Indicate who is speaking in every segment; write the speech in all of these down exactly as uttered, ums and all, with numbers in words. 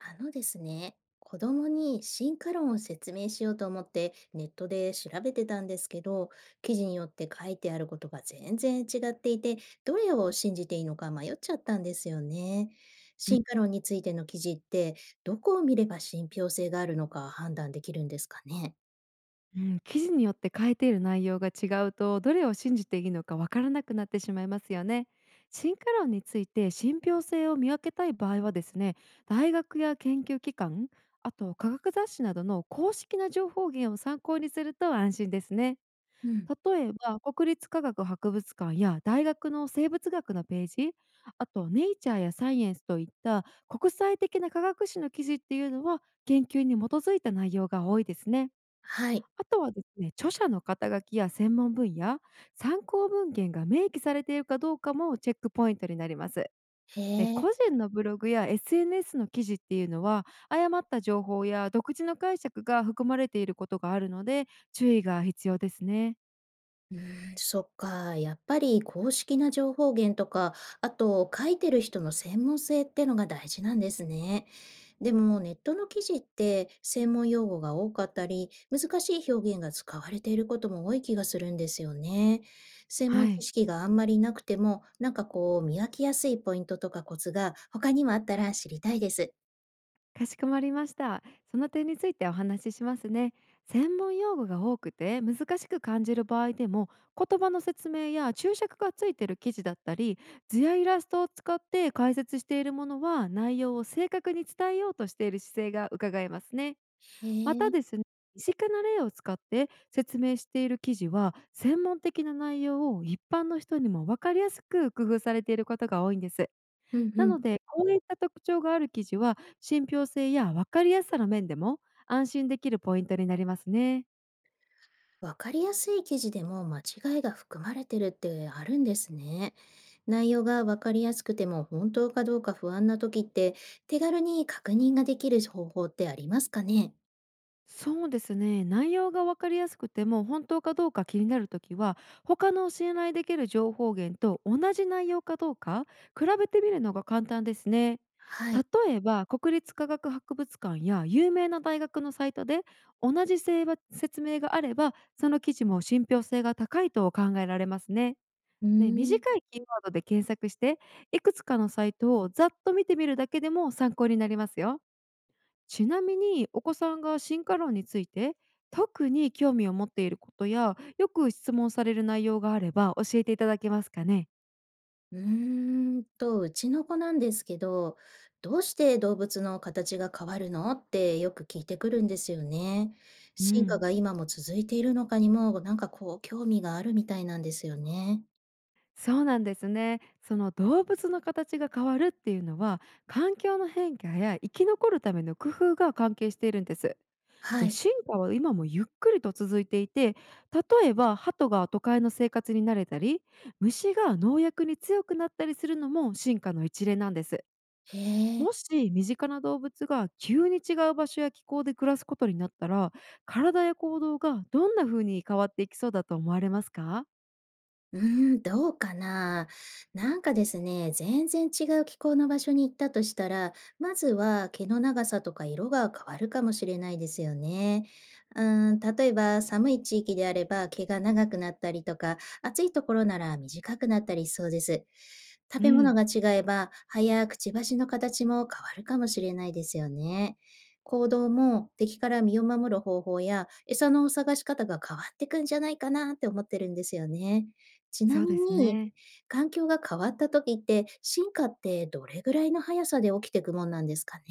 Speaker 1: あのですね、子供に進化論を説明しようと思ってネットで調べてたんですけど、記事によって書いてあることが全然違っていて、どれを信じていいのか迷っちゃったんですよね。進化論についての記事って、どこを見れば信憑性があるのか判断できるんですかね。
Speaker 2: うん、記事によって書いている内容が違うとどれを信じていいのかわからなくなってしまいますよね。進化論について信憑性を見分けたい場合はですね、大学や研究機関、あと科学雑誌などの公式な情報源を参考にすると安心ですね。
Speaker 1: うん。
Speaker 2: 例えば国立科学博物館や大学の生物学のページ、あと「ネイチャー」や「サイエンス」といった国際的な科学誌の記事っていうのは研究に基づいた内容が多いですね。
Speaker 1: はい。
Speaker 2: あとはですね、著者の肩書きや専門分野、参考文献が明記されているかどうかもチェックポイントになります。
Speaker 1: へ
Speaker 2: で、
Speaker 1: え。
Speaker 2: 個人のブログや エスエヌエス の記事っていうのは誤った情報や独自の解釈が含まれていることがあるので、注意が必要ですね。
Speaker 1: うーん、そっか。やっぱり公式な情報源とか、あと書いてる人の専門性ってのが大事なんですね。でもネットの記事って専門用語が多かったり、難しい表現が使われていることも多い気がするんですよね。専
Speaker 2: は
Speaker 1: 門知
Speaker 2: い。
Speaker 1: 識があんまりなくても、なんかこう見分けやすいポイントとかコツが他にもあったら知りたいです。
Speaker 2: かしこまりました。その点についてお話ししますね。専門用語が多くて難しく感じる場合でも、言葉の説明や注釈がついている記事だったり、図やイラストを使って解説しているものは内容を正確に伝えようとしている姿勢がうかがえますね。
Speaker 1: へ
Speaker 2: また
Speaker 1: え。
Speaker 2: ですね、身近な例を使って説明している記事は専門的な内容を一般の人にも分かりやすく工夫されていることが多いんです。
Speaker 1: うんう
Speaker 2: な
Speaker 1: ん。
Speaker 2: ので、こういった特徴がある記事は、信憑性や分かりやすさの面でも安心できるポイントになりますね。
Speaker 1: わかりやすい記事でも間違いが含まれてるってあるんですね。内容がわかりやすくても本当かどうか不安な時って手軽に確認ができる方法ってありますかね。
Speaker 2: そうですね、内容が分かりやすくても本当かどうか気になるときは、他の信頼できる情報源と同じ内容かどうか比べてみるのが簡単ですね。
Speaker 1: はい。
Speaker 2: 例えば国立科学博物館や有名な大学のサイトで同じせいば説明があれば、その記事も信憑性が高いと考えられますね。
Speaker 1: うー
Speaker 2: ね、短
Speaker 1: ん
Speaker 2: いキーワードで検索して、いくつかのサイトをざっと見てみるだけでも参考になりますよ。ちなみにお子さんが進化論について特に興味を持っていることやよく質問される内容があれば教えていただけますかね。
Speaker 1: うーんと、うちの子なんですけど、どうして動物の形が変わるのってよく聞いてくるんですよね。
Speaker 2: う
Speaker 1: 進化
Speaker 2: ん、
Speaker 1: が今も続いているのかにも、なんかこう、興味があるみたいなんですよね。
Speaker 2: そうなんですね。その動物の形が変わるっていうのは、環境の変化や生き残るための工夫が関係しているんです。
Speaker 1: は
Speaker 2: で、
Speaker 1: い。
Speaker 2: 進化は今もゆっくりと続いていて、例えば鳩が都会の生活に慣れたり、虫が農薬に強くなったりするのも進化の一例なんです。
Speaker 1: へえ。
Speaker 2: もし身近な動物が急に違う場所や気候で暮らすことになったら、体や行動がどんな風に変わっていきそうだと思われますか。
Speaker 1: うーん、どうかな。なんかですね、全然違う気候の場所に行ったとしたら、まずは毛の長さとか色が変わるかもしれないですよね。うーん、例えば寒い地域であれば毛が長くなったりとか、暑いところなら短くなったりしそうです。食
Speaker 2: う
Speaker 1: べ物
Speaker 2: ん、
Speaker 1: が違えば、葉やくちばしの形も変わるかもしれないですよね。行動も敵から身を守る方法や餌の探し方が変わってくんじゃないかなって思ってるんですよね。ちな
Speaker 2: そう
Speaker 1: み
Speaker 2: です
Speaker 1: に、
Speaker 2: ね。
Speaker 1: 環境が変わった時って、進化ってどれぐらいの速さで起きていくもんなんですかね？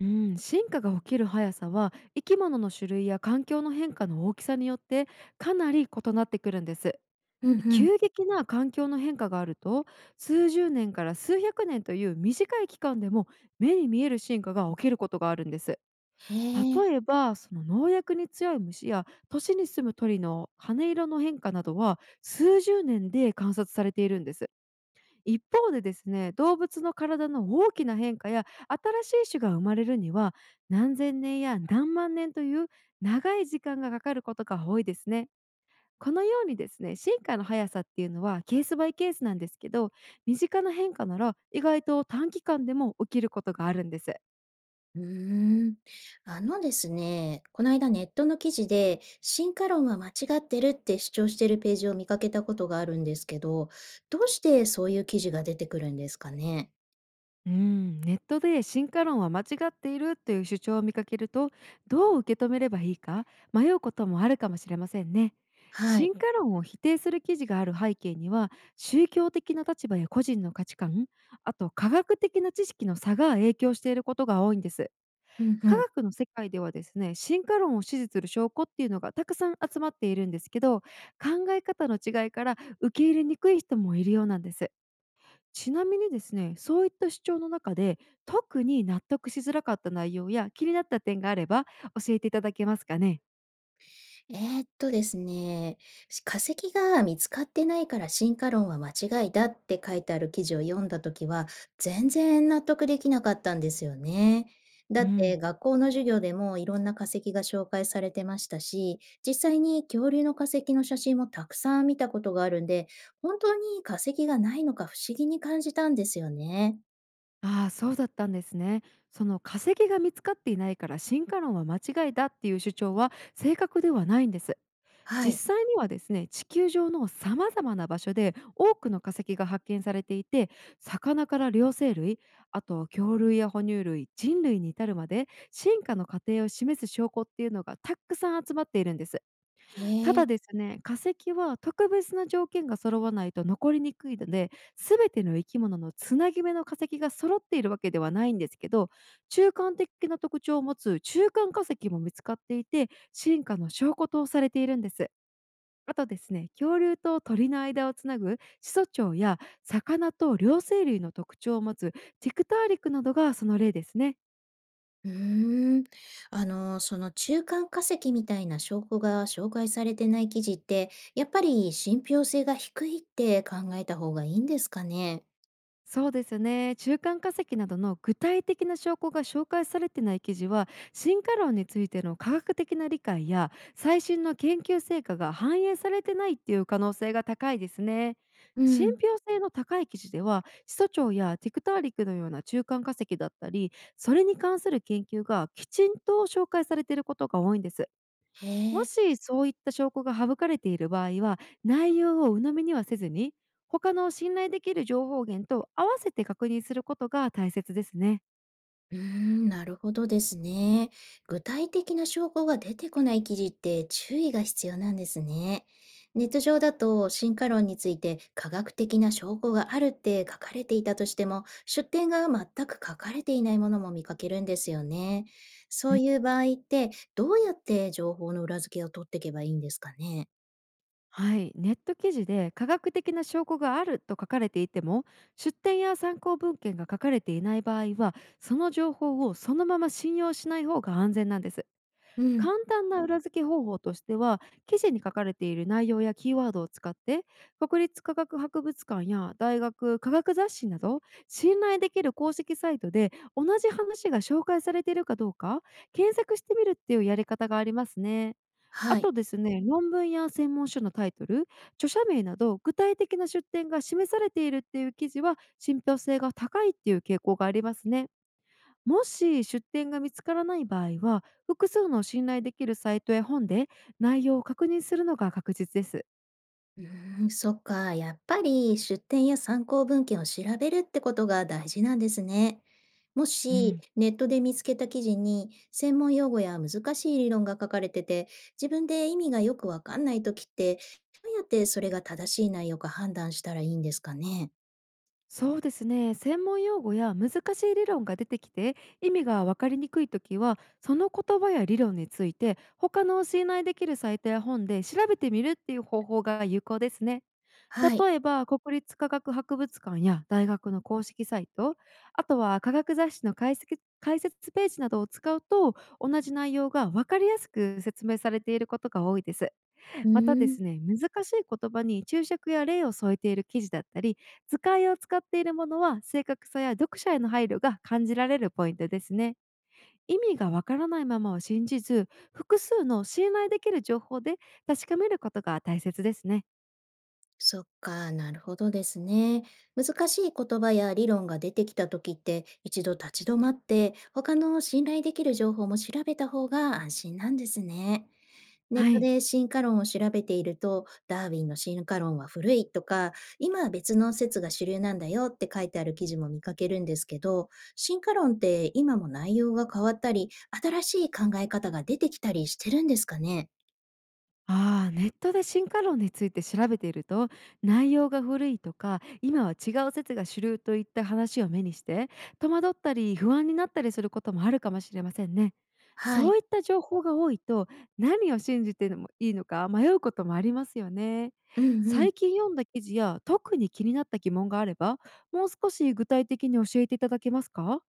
Speaker 2: うん、進化が起きる速さは生き物の種類や環境の変化の大きさによってかなり異なってくるんです。
Speaker 1: うんうん。
Speaker 2: 急激な環境の変化があると、数十年から数百年という短い期間でも目に見える進化が起きることがあるんです。
Speaker 1: へえ。
Speaker 2: 例えばその農薬に強い虫や都市に住む鳥の羽色の変化などは数十年で観察されているんです。一方でですね、動物の体の大きな変化や新しい種が生まれるには何千年や何万年という長い時間がかかることが多いですね。このようにですね、進化の速さっていうのはケースバイケースなんですけど、身近な変化なら意外と短期間でも起きることがあるんです。
Speaker 1: うーん。あのですね、この間ネットの記事で、進化論は間違ってるって主張してるページを見かけたことがあるんですけど、どうしてそういう記事が出てくるんですかね？
Speaker 2: うん、ネットで進化論は間違っているという主張を見かけると、どう受け止めればいいか迷うこともあるかもしれませんね。
Speaker 1: はい。
Speaker 2: 進化論を否定する記事がある背景には、宗教的な立場や個人の価値観、あと科学的な知識の差が影響していることが多いんです。
Speaker 1: ううんう
Speaker 2: 科
Speaker 1: ん。
Speaker 2: 学の世界ではですね、進化論を支持する証拠っていうのがたくさん集まっているんですけど、考え方の違いから受け入れにくい人もいるようなんです。ちなみにですね、そういった主張の中で特に納得しづらかった内容や気になった点があれば教えていただけますかね。
Speaker 1: えーっとですね、し化石が見つかってないから進化論は間違いだって書いてある記事を読んだときは、全然納得できなかったんですよね。だ
Speaker 2: う
Speaker 1: って
Speaker 2: ん、
Speaker 1: 学校の授業でもいろんな化石が紹介されてましたし、実際に恐竜の化石の写真もたくさん見たことがあるんで、本当に化石がないのか不思議に感じたんですよね。
Speaker 2: ああそうだったんですね。その化石が見つかっていないから進化論は間違いだっていう主張は正確ではないんです。
Speaker 1: はい。
Speaker 2: 実際にはですね、地球上のさまざまな場所で多くの化石が発見されていて、魚から両生類、あと恐竜や哺乳類、人類に至るまで進化の過程を示す証拠っていうのがたくさん集まっているんです。た
Speaker 1: へえ。
Speaker 2: だですね、化石は特別な条件が揃わないと残りにくいので、全ての生き物のつなぎ目の化石が揃っているわけではないんですけど、中間的な特徴を持つ中間化石も見つかっていて、進化の証拠とされているんです。あとですね、恐竜と鳥の間をつなぐ始祖鳥や魚と両生類の特徴を持つティクターリクなどがその例ですね。
Speaker 1: うーん。あの、その中間化石みたいな証拠が紹介されてない記事って、やっぱり信憑性が低いって考えた方がいいんですかね。
Speaker 2: そうですね、中間化石などの具体的な証拠が紹介されてない記事は、進化論についての科学的な理解や最新の研究成果が反映されてないっていう可能性が高いですね。
Speaker 1: う
Speaker 2: 信
Speaker 1: ん。
Speaker 2: 憑性の高い記事では始祖鳥やティクターリクのような中間化石だったり、それに関する研究がきちんと紹介されていることが多いんです。
Speaker 1: へ
Speaker 2: も
Speaker 1: え。
Speaker 2: しそういった証拠が省かれている場合は、内容を鵜呑みにはせずに、他の信頼できる情報源と合わせて確認することが大切ですね。
Speaker 1: うーん、なるほどですね。具体的な証拠が出てこない記事って注意が必要なんですね。ネット上だと進化論について科学的な証拠があるって書かれていたとしても、出典が全く書かれていないものも見かけるんですよね。そ
Speaker 2: う
Speaker 1: う
Speaker 2: ん、
Speaker 1: いう場合ってどうやって情報の裏付けを取っていけばいいんですかね。
Speaker 2: はい、ネット記事で科学的な証拠があると書かれていても、出典や参考文献が書かれていない場合はその情報をそのまま信用しない方が安全なんです。
Speaker 1: うん。
Speaker 2: 簡単な裏付け方法としては、記事に書かれている内容やキーワードを使って、国立科学博物館や大学、科学雑誌など、信頼できる公式サイトで同じ話が紹介されているかどうか、検索してみるっていうやり方がありますね。あ
Speaker 1: はい。
Speaker 2: とですね、論文や専門書のタイトル、著者名など具体的な出典が示されているっていう記事は信憑性が高いっていう傾向がありますね。もし出典が見つからない場合は、複数の信頼できるサイトや本で内容を確認するのが確実です。
Speaker 1: うーん、そっか。やっぱり出典や参考文献を調べるってことが大事なんですね。も
Speaker 2: う
Speaker 1: し
Speaker 2: ん。
Speaker 1: ネットで見つけた記事に専門用語や難しい理論が書かれてて、自分で意味がよくわかんないときって、どうやってそれが正しい内容か判断したらいいんですかね。
Speaker 2: そうですね、専門用語や難しい理論が出てきて意味が分かりにくい時は、その言葉や理論について他の信頼できるサイトや本で調べてみるっていう方法が有効ですね。
Speaker 1: はい。
Speaker 2: 例えば、国立科学博物館や大学の公式サイト、あとは科学雑誌の解析解説ページなどを使うと、同じ内容が分かりやすく説明されていることが多いです。
Speaker 1: う
Speaker 2: またで
Speaker 1: ーん。
Speaker 2: すね、難しい言葉に注釈や例を添えている記事だったり、図解を使っているものは正確さや読者への配慮が感じられるポイントですね。意味がわからないままを信じず、複数の信頼できる情報で確かめることが大切ですね。
Speaker 1: そっか、なるほどですね。難しい言葉や理論が出てきた時って、一度立ち止まって、他の信頼できる情報も調べた方が安心なんですね。ネッ
Speaker 2: は
Speaker 1: ト
Speaker 2: い。
Speaker 1: で進化論を調べていると、ダーウィンの進化論は古いとか、今は別の説が主流なんだよって書いてある記事も見かけるんですけど、進化論って今も内容が変わったり、新しい考え方が出てきたりしてるんですかね。
Speaker 2: ああ、ネットで進化論について調べていると、内容が古いとか今は違う説が主流といった話を目にして、戸惑ったり不安になったりすることもあるかもしれませんね。
Speaker 1: は
Speaker 2: そ
Speaker 1: い。
Speaker 2: ういった情報が多いと、何を信じてもいいのか迷うこともありますよね。
Speaker 1: うんうん。
Speaker 2: 最近読んだ記事や特に気になった疑問があれば、もう少し具体的に教えていただけますか。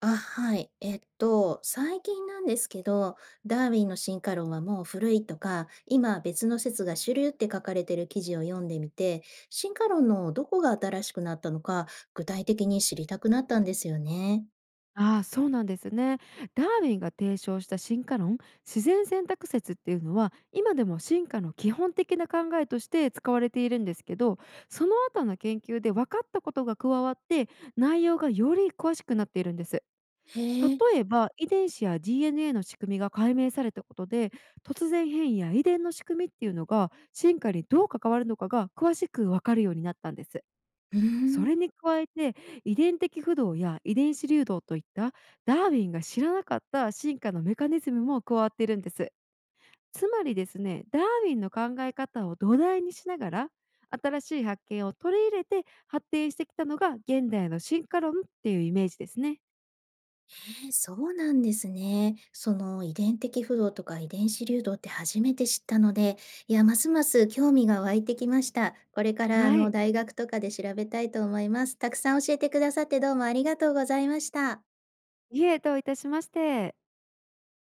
Speaker 1: あ、はい。えっと、最近なんですけど、ダーウィンの進化論はもう古いとか、今別の説が主流って書かれてる記事を読んでみて、進化論のどこが新しくなったのか、具体的に知りたくなったんですよね。
Speaker 2: ああ、そうなんですね。ダーウィンが提唱した進化論、自然選択説っていうのは、今でも進化の基本的な考えとして使われているんですけど、その後の研究で分かったことが加わって、内容がより詳しくなっているんです。
Speaker 1: へえ。
Speaker 2: 例えば、遺伝子や ディーエヌエー の仕組みが解明されたことで、突然変異や遺伝の仕組みっていうのが進化にどう関わるのかが詳しく分かるようになったんです。
Speaker 1: うー
Speaker 2: そ
Speaker 1: ん。
Speaker 2: れに加えて、遺伝的不動や遺伝子流動といったダーウィンが知らなかった進化のメカニズムも加わっているんです。つまりですね、ダーウィンの考え方を土台にしながら、新しい発見を取り入れて発展してきたのが現代の進化論っていうイメージですね。
Speaker 1: え、そうなんですね。その遺伝的不動とか遺伝子流動って初めて知ったので、いや、ますます興味が湧いてきました。これからあ
Speaker 2: は
Speaker 1: の
Speaker 2: い。
Speaker 1: 大学とかで調べたいと思います。たくさん教えてくださってどうもありがとうございました。
Speaker 2: いえ、どういたしまして。